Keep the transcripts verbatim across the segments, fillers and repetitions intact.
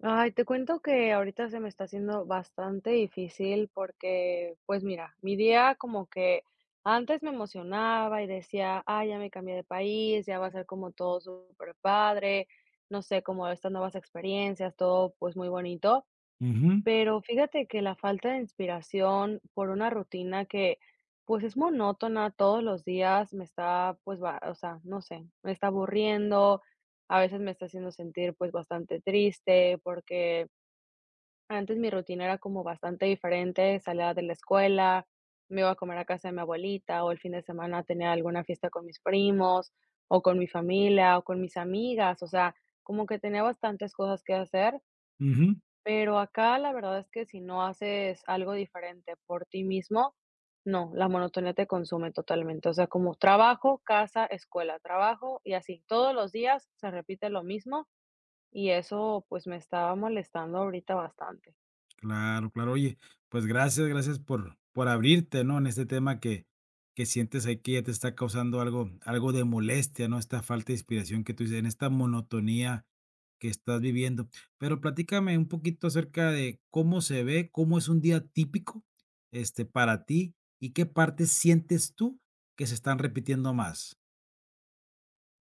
Ay, te cuento que ahorita se me está haciendo bastante difícil porque, pues mira, mi día como que antes me emocionaba y decía, ah, ya me cambié de país, ya va a ser como todo súper padre, no sé, como estas nuevas experiencias, todo pues muy bonito. Ujú, Pero fíjate que la falta de inspiración por una rutina que, pues, es monótona todos los días, me está, pues, va o sea, no sé, me está aburriendo. A veces me está haciendo sentir, pues, bastante triste, porque antes mi rutina era como bastante diferente: salía de la escuela, me iba a comer a casa de mi abuelita, o el fin de semana tenía alguna fiesta con mis primos, o con mi familia, o con mis amigas. O sea, como que tenía bastantes cosas que hacer. ujú. Pero acá la verdad es que si no haces algo diferente por ti mismo, no, la monotonía te consume totalmente. O sea, como trabajo, casa, escuela, trabajo y así. Todos los días se repite lo mismo y eso pues me estaba molestando ahorita bastante. Claro, claro. Oye, pues gracias, gracias por por abrirte, ¿no? En este tema que que sientes ahí que ya te está causando algo algo de molestia, ¿no? Esta falta de inspiración que tú dices, en esta monotonía que estás viviendo. Pero platícame un poquito acerca de cómo se ve, cómo es un día típico, este, para ti y qué partes sientes tú que se están repitiendo más.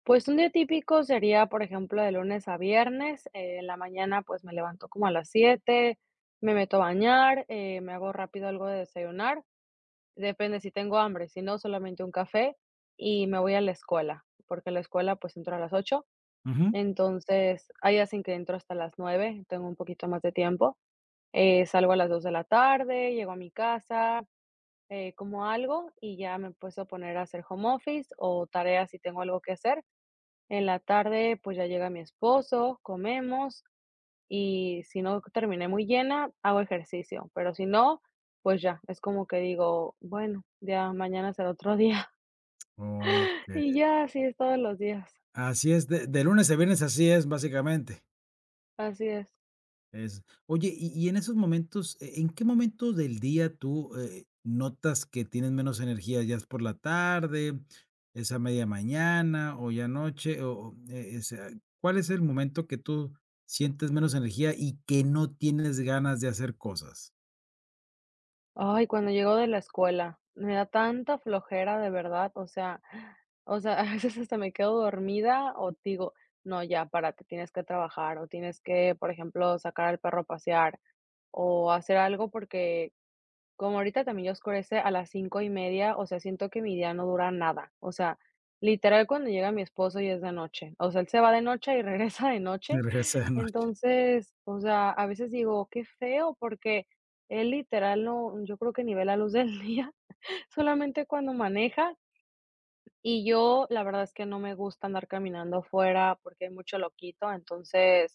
Pues un día típico sería, por ejemplo, de lunes a viernes. Eh, en la mañana pues me levanto como a las siete, me meto a bañar, eh, me hago rápido algo de desayunar. Depende, si tengo hambre; si no, solamente un café, y me voy a la escuela, porque la escuela, pues, entro a las ocho. Ujú. Entonces, hay hacen que entro hasta las nueve, tengo un poquito más de tiempo. Eh, salgo a las dos de la tarde, llego a mi casa, eh, como algo y ya me empiezo a poner a hacer home office o tareas si tengo algo que hacer. En la tarde, pues, ya llega mi esposo, comemos, y si no terminé muy llena, hago ejercicio, pero si no, pues ya, es como que digo, bueno, ya mañana será otro día. Ok. Y ya así es todos los días, Así es, de de lunes a viernes así es, básicamente. así es. Es oye, y y en esos momentos, ¿e en qué momento del día tú, eh, notas que tienes menos energía? ¿Ya es por la tarde, es a media mañana o ya noche? O o, eh, eh, sea, ¿cuál es el momento que tú sientes menos energía y que no tienes ganas de hacer cosas? Ay, cuando llego de la escuela, me da tanta flojera, de verdad. O sea o sea, a veces hasta me quedo dormida, o digo, no, ya, párate, tienes que trabajar, o tienes que, por ejemplo, sacar al perro a pasear o hacer algo, porque como ahorita también ya oscurece a las cinco y media. O sea, siento que mi día no dura nada. O sea, literal, cuando llega mi esposo y es de noche. O sea, él se va de noche y regresa de De noche. regresar de noche. Entonces, o sea, a veces digo: "Qué feo", porque él, literal, no, yo creo que ni ve la luz del día, solamente cuando maneja. Y yo, la verdad, es que no me gusta andar caminando afuera porque hay mucho loquito, entonces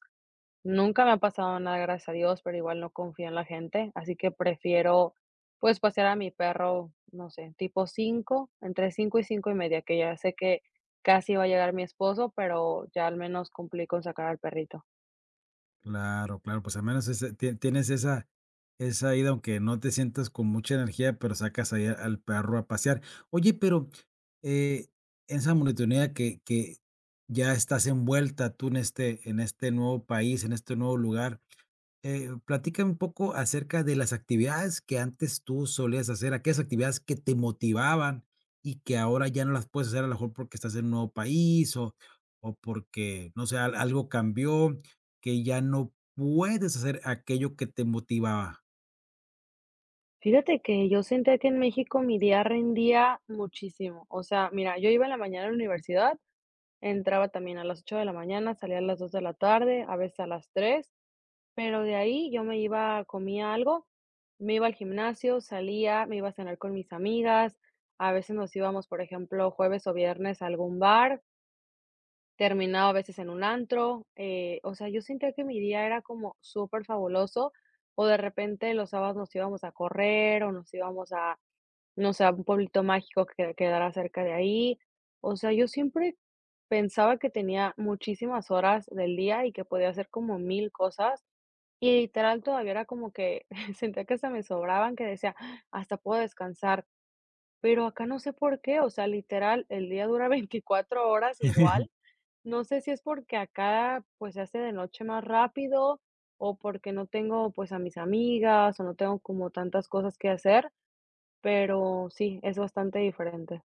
nunca me ha pasado nada, gracias a Dios, pero igual no confío en la gente, así que prefiero, pues, pasear a mi perro, no sé, tipo cinco, entre cinco y cinco y media, que ya sé que casi va a llegar mi esposo, pero ya al menos cumplí con sacar al perrito. Claro, claro, pues al menos ese tie tienes esa esa ida, aunque no te sientas con mucha energía, pero sacas ahí a- al perro a pasear. Oye, pero, eh, esa monotonía que que ya estás envuelta tú en este en este nuevo país, en este nuevo lugar, eh, platica un poco acerca de las actividades que antes tú solías hacer, aquellas actividades que te motivaban y que ahora ya no las puedes hacer a lo mejor porque estás en un nuevo país o, o porque, no sé, al- algo cambió, que ya no puedes hacer aquello que te motivaba. Fíjate que yo sentía que en México mi día rendía muchísimo. O sea, mira, yo iba en la mañana a la universidad, entraba también a las ocho de la mañana, salía a las dos de la tarde, a veces a las tres. Pero de ahí yo me iba, comía algo, me iba al gimnasio, salía, me iba a cenar con mis amigas, a veces nos íbamos, por ejemplo, jueves o viernes a algún bar, terminaba a veces en un antro. Eh, o sea, yo sentía que mi día era como superfabuloso, o de repente los sábados nos íbamos a correr o nos íbamos a, no sé, a un pueblito mágico que quedara cerca de ahí. O sea, yo siempre pensaba que tenía muchísimas horas del día y que podía hacer como mil cosas, y literal todavía era como que sentía que hasta me sobraban, que decía: "Ah, hasta puedo descansar", pero acá no sé por qué. O sea, literal, el día dura veinticuatro horas igual. No sé si es porque acá, pues, se hace de noche más rápido, o porque no tengo, pues, a mis amigas, o no tengo como tantas cosas que hacer, pero sí, es bastante diferente.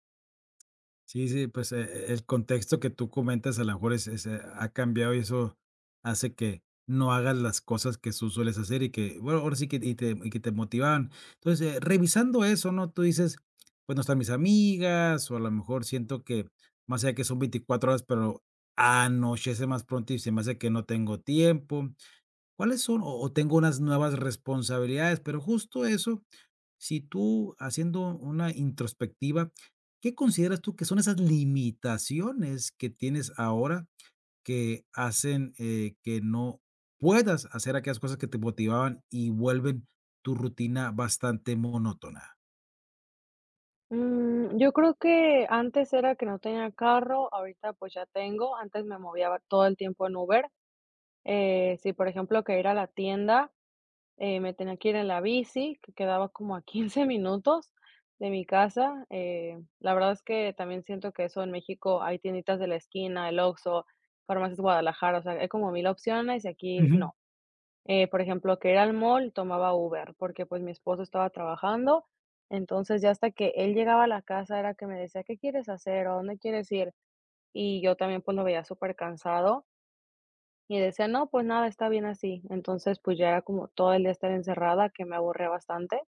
Sí, sí, pues, eh, el contexto que tú comentas a lo mejor es es, eh, ha cambiado, y eso hace que no hagas las cosas que tú sueles hacer y que, bueno, ahora sí que y te y que te motivaban. Entonces, eh, revisando eso, ¿no? Tú dices, pues, no están mis amigas, o a lo mejor siento que más allá de que son veinticuatro horas, pero anochece más pronto y se me hace que no tengo tiempo. ¿Cuáles son? O o tengo unas nuevas responsabilidades, pero justo eso, si tú, haciendo una introspectiva, ¿qué consideras tú que son esas limitaciones que tienes ahora que hacen, eh, que no puedas hacer aquellas cosas que te motivaban y vuelven tu rutina bastante monótona? Mm, yo creo que antes era que no tenía carro; ahorita, pues, ya tengo. Antes me movía todo el tiempo en Uber. Eh, sí, por ejemplo, que ir a la tienda, eh, me tenía que ir en la bici, que quedaba como a quince minutos de mi casa. Eh, la verdad es que también siento que eso, en México hay tienditas de la esquina, el Oxxo, Farmacias Guadalajara, o sea, hay como mil opciones, y aquí Ujú. no. Eh, por ejemplo, que ir al mall tomaba Uber, porque pues mi esposo estaba trabajando, entonces ya hasta que él llegaba a la casa era que me decía: "¿Qué quieres hacer? ¿A dónde quieres ir?". Y yo también pues lo veía súper cansado, y decía: "No, pues nada, está bien así". Entonces, pues, ya era como todo el día estar encerrada, que me aburría bastante.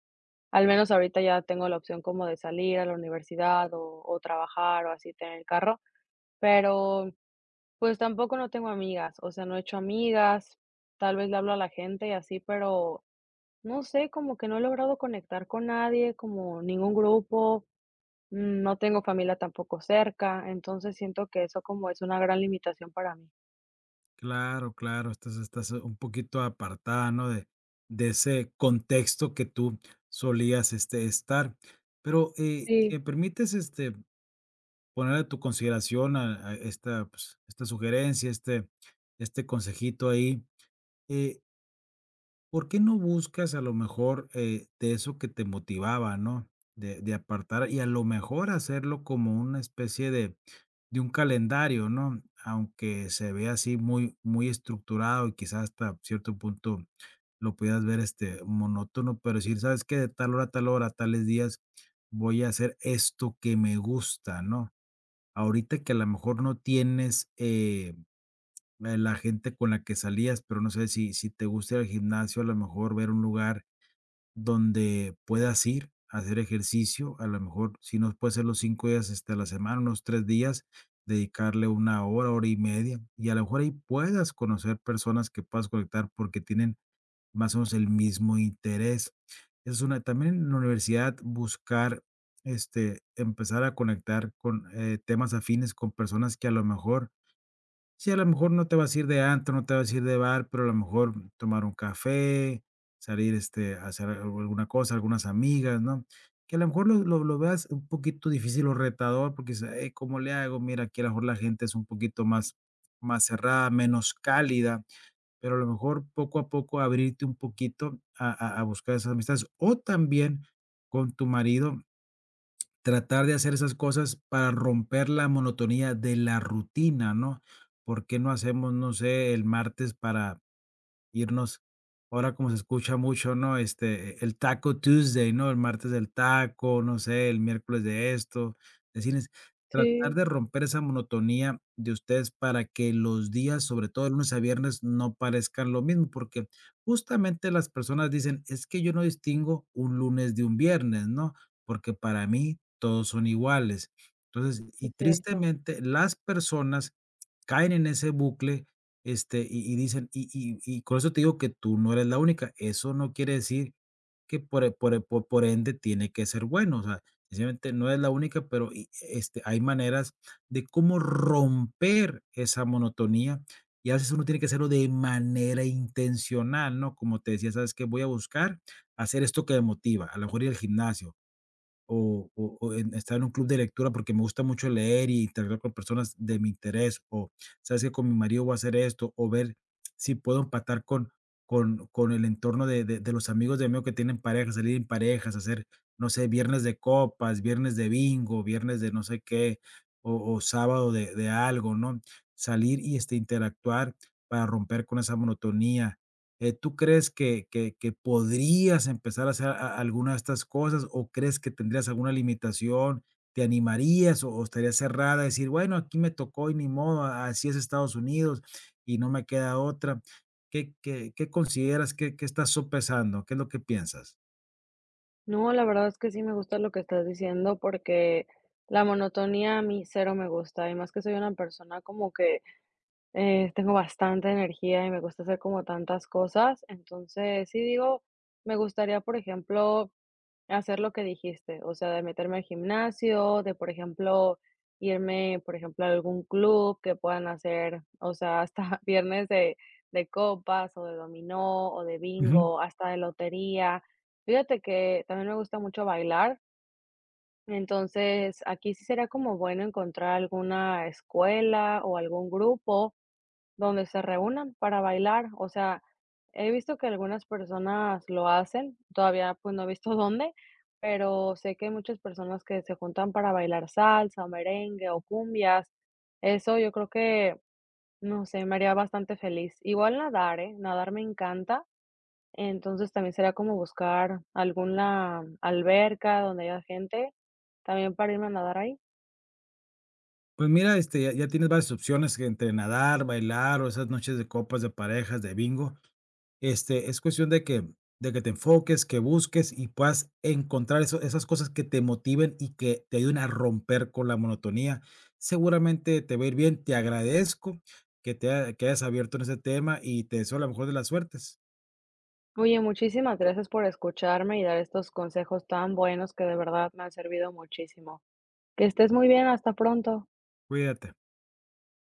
Al menos ahorita ya tengo la opción como de salir a la universidad o o trabajar o así, tener el carro, pero, pues, tampoco no tengo amigas. O sea, no he hecho amigas, tal vez le hablo a la gente y así, pero no sé, como que no he logrado conectar con nadie, como ningún grupo. Mm, no tengo familia tampoco cerca, entonces siento que eso como es una gran limitación para mí. Claro, claro, estás estás un poquito apartada, ¿no? De de ese contexto que tú solías, este, estar. Pero, eh, si Sí, me permites, este poner a tu consideración a a esta, pues, esta sugerencia, este este consejito ahí, eh, ¿por qué no buscas a lo mejor, eh, de eso que te motivaba, no? De de apartar y a lo mejor hacerlo como una especie de de un calendario, ¿no? Aunque se vea así muy muy estructurado y quizás hasta cierto punto lo pudieras ver, este, monótono, pero decir: "¿Sabes qué? De tal hora a tal hora, tales días voy a hacer esto que me gusta", ¿no? Ahorita que a lo mejor no tienes, eh, la la gente con la que salías, pero no sé si si te gusta ir al gimnasio, a lo mejor ver un lugar donde puedas ir a hacer ejercicio, a lo mejor si no puede ser los cinco días, este, a la semana, unos tres días, dedicarle una hora, hora y media, y a lo mejor ahí puedas conocer personas que puedas conectar porque tienen más o menos el mismo interés. Esa es una también en la universidad, buscar, este, empezar a conectar con, eh, temas afines con personas que a lo mejor, sí, a lo mejor no te vas a ir de antro, no te vas a ir de bar, pero a lo mejor tomar un café, salir, este, a hacer algo, alguna cosa, algunas amigas, ¿no? Que a lo mejor lo lo lo veas un poquito difícil o retador porque dices: "Ey, ¿cómo le hago? Mira, aquí a lo mejor la gente es un poquito más más cerrada, menos cálida", pero a lo mejor poco a poco abrirte un poquito a a a buscar esas amistades. O también con tu marido tratar de hacer esas cosas para romper la monotonía de la rutina, ¿no? ¿Por qué no hacemos, no sé, el martes para irnos, ahora como se escucha mucho, ¿no? Este, el Taco Tuesday, ¿no? El martes del taco, no sé, el miércoles de esto, de cines. Tratar sí, de romper esa monotonía de ustedes para que los días, sobre todo de lunes a viernes, no parezcan lo mismo, porque justamente las personas dicen, es que yo no distingo un lunes de un viernes, ¿no? Porque para mí todos son iguales. Entonces, y es cierto. tristemente las personas caen en ese bucle, este, y y dicen, y y y con eso te digo que tú no eres la única. Eso no quiere decir que por e por e por por ende tiene que ser bueno, o sea, sencillamente no es la única, pero y, este, hay maneras de cómo romper esa monotonía, y a veces uno tiene que hacerlo de manera intencional, ¿no? Como te decía, ¿sabes que Voy a buscar hacer esto que me motiva, a lo mejor ir al gimnasio, o o o en estar en un club de lectura, porque me gusta mucho leer y interactuar con personas de mi interés, o sabes que con mi marido voy a hacer esto, o ver si puedo empatar con con con el entorno de de de los amigos de mío que tienen parejas, salir en parejas, hacer, no sé, viernes de copas, viernes de bingo, viernes de no sé qué, o o sábado de de algo, ¿no? Salir y, este, interactuar para romper con esa monotonía. Eh, ¿tú crees que que que podrías empezar a hacer a alguna de estas cosas, o crees que tendrías alguna limitación? ¿Te animarías o o estarías cerrada a decir: "Bueno, aquí me tocó y ni modo, a- así es Estados Unidos y no me queda otra"? ¿Qué qué qué consideras? ¿Qué qué estás sopesando? ¿Qué es lo que piensas? No, la verdad es que sí me gusta lo que estás diciendo, porque la monotonía a mí cero me gusta, y más que soy una persona como que eh, tengo bastante energía y me gusta hacer como tantas cosas. Entonces sí digo, me gustaría, por ejemplo, hacer lo que dijiste. O sea, de meterme al gimnasio, de, por ejemplo, irme, por ejemplo, a algún club que puedan hacer, o sea, hasta viernes de, de copas, o de dominó, o de Ujú. bingo, hasta de lotería. Fíjate que también me gusta mucho bailar, entonces aquí sí será como bueno encontrar alguna escuela o algún grupo donde se reúnan para bailar. O sea, he visto que algunas personas lo hacen; todavía, pues, no he visto dónde, pero sé que hay muchas personas que se juntan para bailar salsa, o merengue, o cumbias. Eso yo creo que, no sé, me haría bastante feliz. Igual nadar, ¿eh? Nadar me encanta, entonces también sería como buscar alguna alberca donde haya gente, también para irme a nadar ahí. Pues mira, este, ya ya tienes varias opciones, que entre nadar, bailar o esas noches de copas de parejas, de bingo. Este, es cuestión de que de que te enfoques, que busques y puedas encontrar eso esas cosas que te motiven y que te ayuden a romper con la monotonía. Seguramente te va a ir bien. Te agradezco que te ha que hayas abierto en ese tema y te deseo la mejor de las suertes. Oye, muchísimas gracias por escucharme y dar estos consejos tan buenos que de verdad me han servido muchísimo. Que estés muy bien, hasta pronto. Cuídate.